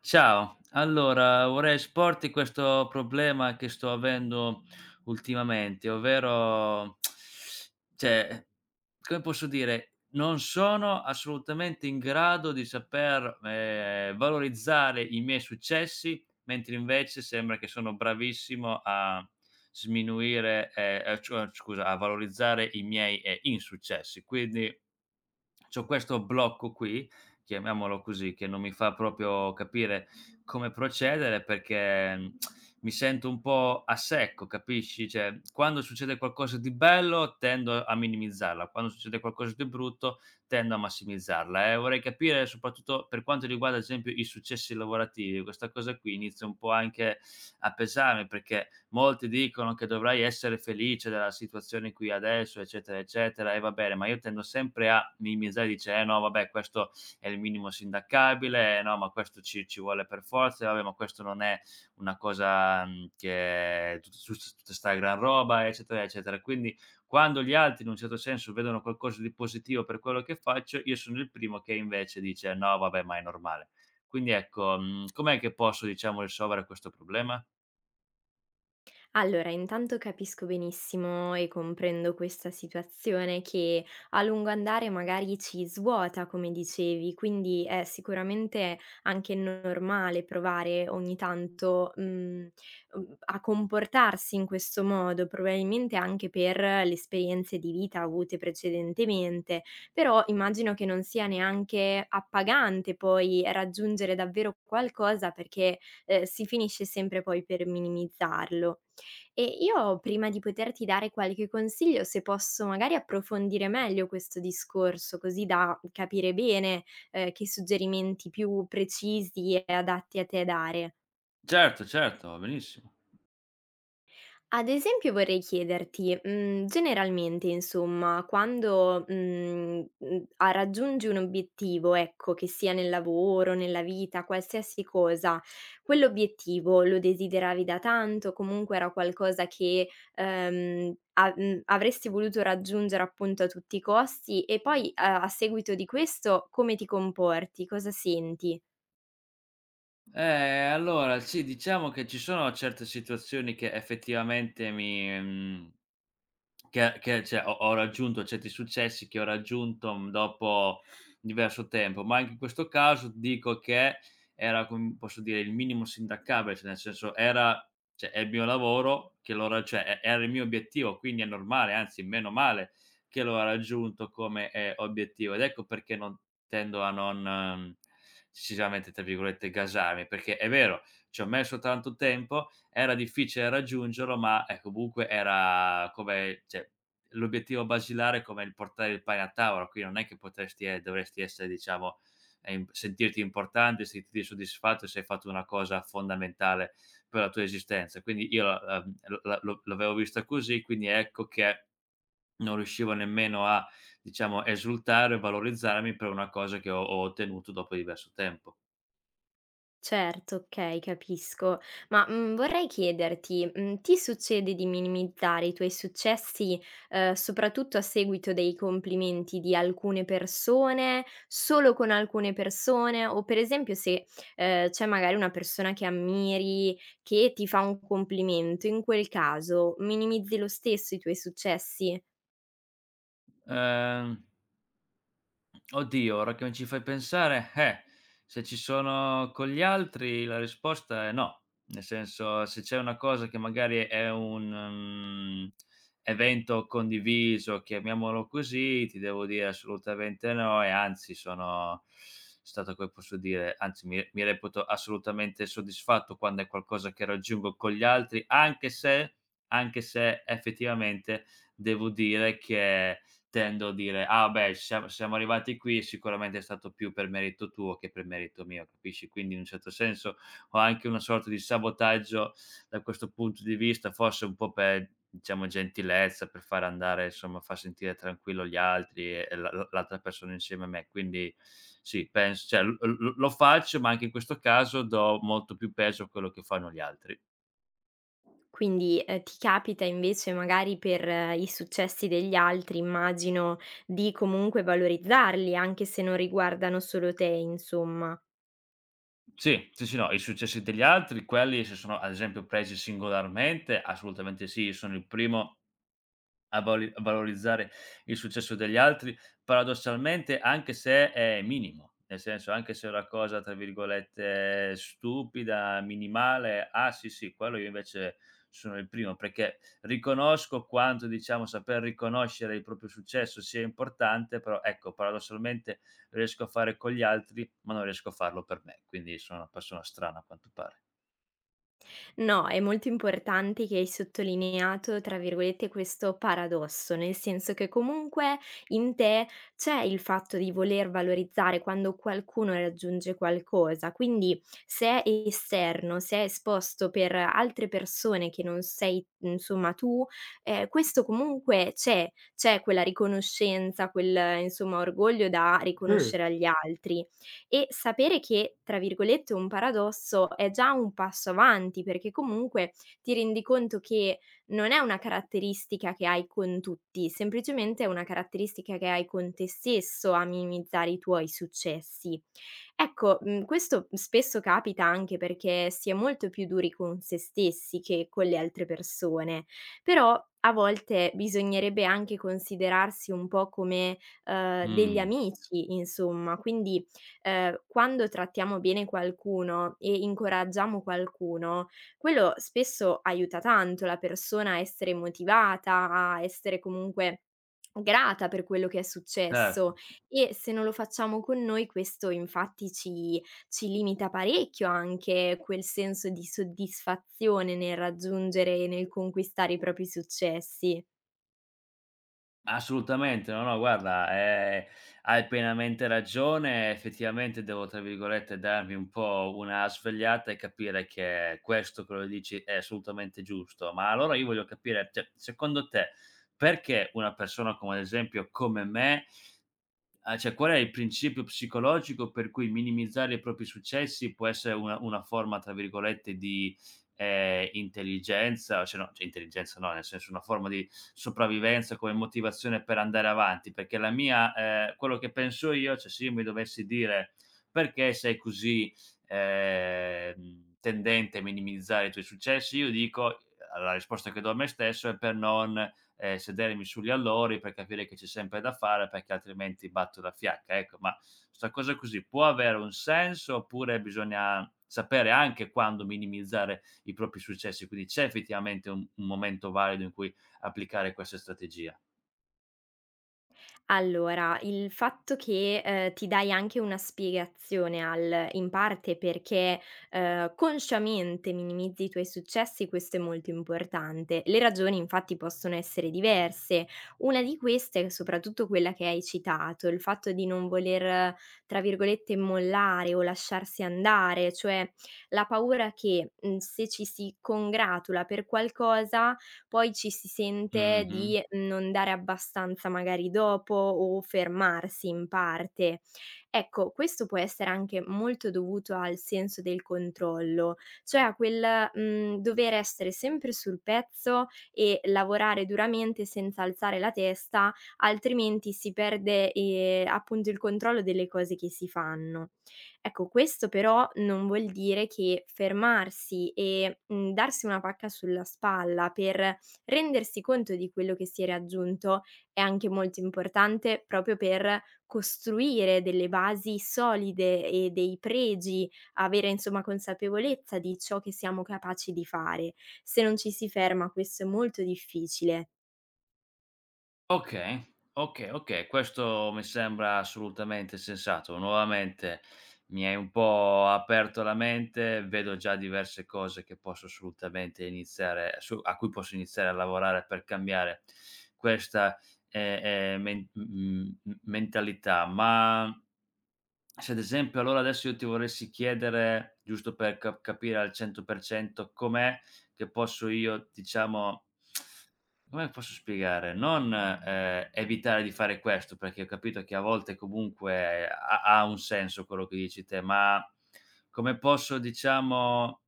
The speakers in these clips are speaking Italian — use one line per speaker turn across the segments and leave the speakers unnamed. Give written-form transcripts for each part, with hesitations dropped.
Ciao, allora vorrei esporti questo problema che sto avendo ultimamente, ovvero cioè, come posso dire, non sono assolutamente in grado di saper, valorizzare i miei successi, mentre invece sembra che sono bravissimo a sminuire, scusa, a valorizzare i miei, insuccessi. Quindi c'ho questo blocco qui, chiamiamolo così, che non mi fa proprio capire come procedere perché mi sento un po' a secco, capisci? Cioè, quando succede qualcosa di bello tendo a minimizzarla, quando succede qualcosa di brutto tendo a massimizzarla e vorrei capire soprattutto per quanto riguarda, ad esempio, i successi lavorativi. Questa cosa qui inizia un po' anche a pesarmi perché molti dicono che dovrei essere felice della situazione qui adesso, eccetera, eccetera, e va bene, ma io tendo sempre a minimizzare, dice: "Eh no, vabbè, questo è il minimo sindacabile, no, ma questo ci vuole per forza, vabbè, ma questo non è una cosa che è tut su s tutta 'sta gran roba, eccetera, eccetera." Quindi quando gli altri in un certo senso vedono qualcosa di positivo per quello che faccio, io sono il primo che invece dice: "No, vabbè, ma è normale." Quindi ecco, com'è che posso, diciamo, risolvere questo problema?
Allora, intanto capisco benissimo e comprendo questa situazione che a lungo andare magari ci svuota, come dicevi, quindi è sicuramente anche normale provare ogni tanto a comportarsi in questo modo, probabilmente anche per le esperienze di vita avute precedentemente, però immagino che non sia neanche appagante poi raggiungere davvero qualcosa perché si finisce sempre poi per minimizzarlo. E io prima di poterti dare qualche consiglio, se posso magari approfondire meglio questo discorso, così da capire bene, che suggerimenti più precisi e adatti a te dare.
Certo, certo, va benissimo.
Ad esempio vorrei chiederti, generalmente insomma quando, a raggiungi un obiettivo, ecco, che sia nel lavoro, nella vita, qualsiasi cosa, quell'obiettivo lo desideravi da tanto, comunque era qualcosa che, avresti voluto raggiungere appunto a tutti i costi e poi a seguito di questo come ti comporti? Cosa senti?
Eh, allora sì, diciamo che ci sono certe situazioni che effettivamente mi mhmm, che cioè ho ho raggiunto certi successi che ho raggiunto dopo diverso tempo, ma anche in questo caso dico che era, com posso dire, il minimo sindacabile, cioè nel senso era, cioè, è il mio lavoro che l'ho ra cioè e era il mio obiettivo, quindi è normale, anzi meno male che l'ho raggiunto come, obiettivo. Ed ecco perché non tendo a non, eccessivamente, tra virgolette, "gasarmi", perché è vero, ci ho messo tanto tempo, era difficile raggiungerlo, ma, comunque era come, cioè, l'obiettivo basilare è come il portare il pane a tavola, quindi non è che potresti e dovresti essere, diciamo, sentirti importante, sentirti soddisfatto se hai fatto una cosa fondamentale per la tua esistenza. Quindi io la l la lo l'avevo vista così, quindi ecco che non riuscivo nemmeno a, diciamo, esultare o valorizzarmi per una cosa che ho ottenuto dopo diverso tempo.
Certo, okay, capisco. Ma, vorrei chiederti, ti succede di minimizzare i tuoi successi, soprattutto a seguito dei complimenti di alcune persone, solo con alcune persone? O per esempio se, c'è magari una persona che ammiri, che ti fa un complimento, in quel caso minimizzi lo stesso i tuoi successi?
Ehm Oddio, ora che mi ci fai pensare, se ci sono con gli altri la risposta è no. Nel senso, se c'è una cosa che magari è un, evento condiviso, chiamiamolo così, ti devo dire assolutamente no e anzi sono stato, come posso dire, anzi mi reputo assolutamente soddisfatto quando è qualcosa che raggiungo con gli altri, anche se, anche se effettivamente devo dire che tendo a dire: "Ah beh, siamo arrivati qui, sicuramente è stato più per merito tuo che per merito mio", capisci? Quindi in un certo senso ho anche una sorta di sabotaggio da questo punto di vista, forse un po' per, diciamo, gentilezza, per far andare, insomma, far sentire tranquillo gli altri e la la l'altra persona insieme a me. Quindi sì, pens cioè l l lo faccio, ma anche in questo caso do molto più peso a quello che fanno gli altri.
Quindi, ti capita invece magari per i successi degli altri, immagino, di comunque valorizzarli, anche se non riguardano solo te, insomma.
Sì, sì, sì, no, i successi degli altri, quelli se sono ad esempio presi singolarmente, assolutamente sì. Sono il primo a vali a valorizzare il successo degli altri, paradossalmente anche se è minimo, nel senso anche se è una cosa tra virgolette "stupida", minimale: "Ah sì, sì, quello", io invece sono il primo perché riconosco quanto, diciamo, saper riconoscere il proprio successo sia importante, però ecco, paradossalmente lo riesco a fare con gli altri, ma non riesco a farlo per me, quindi sono una persona strana a quanto pare.
No, è molto importante che hai sottolineato, tra virgolette, "questo paradosso", nel senso che comunque in te c'è il fatto di voler valorizzare quando qualcuno raggiunge qualcosa, quindi se è esterno, se è esposto per altre persone che non sei, insomma, tu, questo comunque c'è, c'è quella riconoscenza, quel, insomma, orgoglio da
Mh.
riconoscere agli altri. E sapere che, tra virgolette, "un paradosso" è già un passo avanti, perché comunque ti rendi conto che non è una caratteristica che hai con tutti, semplicemente è una caratteristica che hai con te stesso a minimizzare i tuoi successi. Ecco, questo spesso capita anche perché si è molto più duri con se stessi che con le altre persone, però a volte bisognerebbe anche considerarsi un po' come, degli
Mh,
amici insomma, quindi quando trattiamo bene qualcuno e incoraggiamo qualcuno, quello spesso aiuta tanto la persona a essere motivata, a essere comunque grata per quello che è
cer
successo e se non lo facciamo con noi questo infatti ci limita parecchio anche quel senso di soddisfazione nel raggiungere e nel conquistare i propri successi.
Assolutamente, no, no, guarda, hai pienamente ragione. Effettivamente devo, tra virgolette, "darmi un po' una svegliata" e capire che questo, quello che lo dici, è assolutamente giusto. Ma allora io voglio capire, cioè, secondo te, perché una persona come, ad esempio, come me. Cioè qual è il principio psicologico per cui minimizzare i propri successi può essere una forma, tra virgolette, di, intelligenza, cioè no, cioè intelligenza no, nel senso una forma di sopravvivenza come motivazione per andare avanti? Perché la mia, quello che penso io, cioè se io mi dovessi dire: "Perché sei così, tendente a minimizzare i tuoi successi?" Io dico, la risposta che do a me stesso è per non, sedermi sugli allori, per capire che c'è sempre da fare, perché altrimenti batto la fiacca, ecco. Ma 'sta cosa così può avere un senso, oppure bisogna sapere anche quando minimizzare i propri successi? Quindi c'è effettivamente un momento valido in cui applicare questa strategia?
Allora, il fatto che, ti dai anche una spiegazione al in parte perché, consciamente minimizzi i tuoi successi, questo è molto importante. Le ragioni infatti possono essere diverse. Una di queste è soprattutto quella che hai citato, il fatto di non voler, tra virgolette, "mollare" o lasciarsi andare, cioè la paura che, se ci si congratula per qualcosa, poi ci si sente
Mh-mh.
di non dare abbastanza magari dopo o fermarsi in parte. Ecco, questo può essere anche molto dovuto al senso del controllo, cioè a quel, dover essere sempre sul pezzo e lavorare duramente senza alzare la testa, altrimenti si perde, appunto il controllo delle cose che si fanno. Ecco, questo però non vuol dire che fermarsi e, darsi una pacca sulla spalla per rendersi conto di quello che si è raggiunto è anche molto importante proprio per costruire delle basi solide e dei pregi, avere insomma consapevolezza di ciò che siamo capaci di fare. Se non ci si ferma questo è molto difficile.
Okay, okay, okay, questo mi sembra assolutamente sensato. Nuovamente mi hai un po' aperto la mente, vedo già diverse cose che posso assolutamente iniziare su a cui posso iniziare a lavorare per cambiare questa, ehm, ehm, men mhmm, mentalità. Ma se ad esempio, allora adesso io ti volessi chiedere, giusto per capire al 100% com'è che posso io, diciamo, come posso spiegare, non, evitare di fare questo, perché ho capito che a volte comunque ha un senso quello che dici te, ma come posso, diciamo,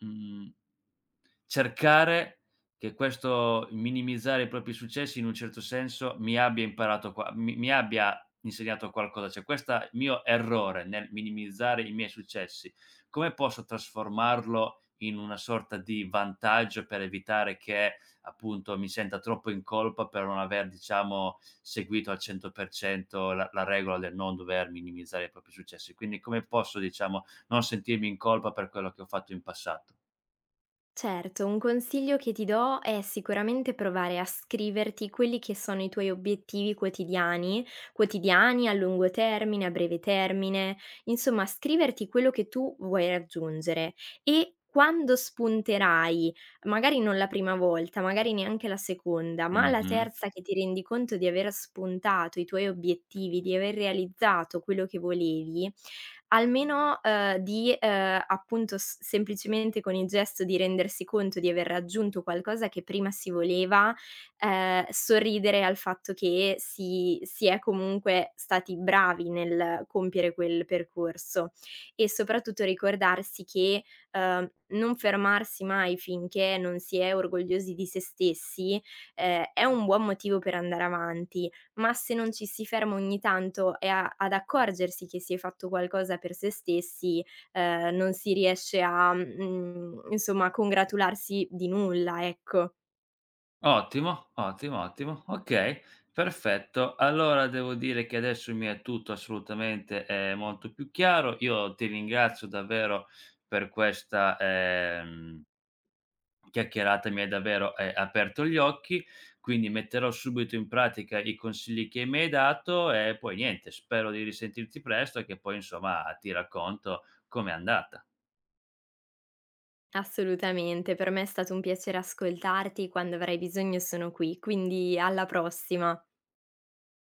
mhmm cercare che questo minimizzare i propri successi, in un certo senso, mi abbia imparato qua mi mi abbia insegnato qualcosa. Cioè, questa mio errore nel minimizzare i miei successi, come posso trasformarlo in una sorta di vantaggio per evitare che, appunto, mi senta troppo in colpa per non aver, diciamo, seguito al 100% la regola del non dover minimizzare i propri successi. Quindi come posso, diciamo, non sentirmi in colpa per quello che ho fatto in passato?
Certo, un consiglio che ti do è sicuramente provare a scriverti quelli che sono i tuoi obiettivi quotidiani, quotidiani, a lungo termine, a breve termine, insomma scriverti quello che tu vuoi raggiungere e quando spunterai, magari non la prima volta, magari neanche la seconda, ma la
Mh-mh.
terza che ti rendi conto di aver spuntato i tuoi obiettivi, di aver realizzato quello che volevi, almeno, di, appunto, s semplicemente con il gesto di rendersi conto di aver raggiunto qualcosa che prima si voleva, sorridere al fatto che si è comunque stati bravi nel compiere quel percorso e soprattutto ricordarsi che, non fermarsi mai finché non si è orgogliosi di se stessi, è un buon motivo per andare avanti. Ma se non ci si ferma ogni tanto e a ad accorgersi che si è fatto qualcosa per se stessi, non si riesce a, insomma, a congratularsi di nulla, ecco.
Ottimo, ottimo, ottimo. Okay, perfetto. Allora devo dire che adesso mi è tutto assolutamente, molto più chiaro. Io ti ringrazio davvero per questa, chiacchierata, mi hai davvero, aperto gli occhi, quindi metterò subito in pratica i consigli che mi hai dato e poi niente, spero di risentirti presto e che poi, insomma, ti racconto com'è andata.
Assolutamente, per me è stato un piacere ascoltarti, quando avrai bisogno sono qui, quindi alla prossima.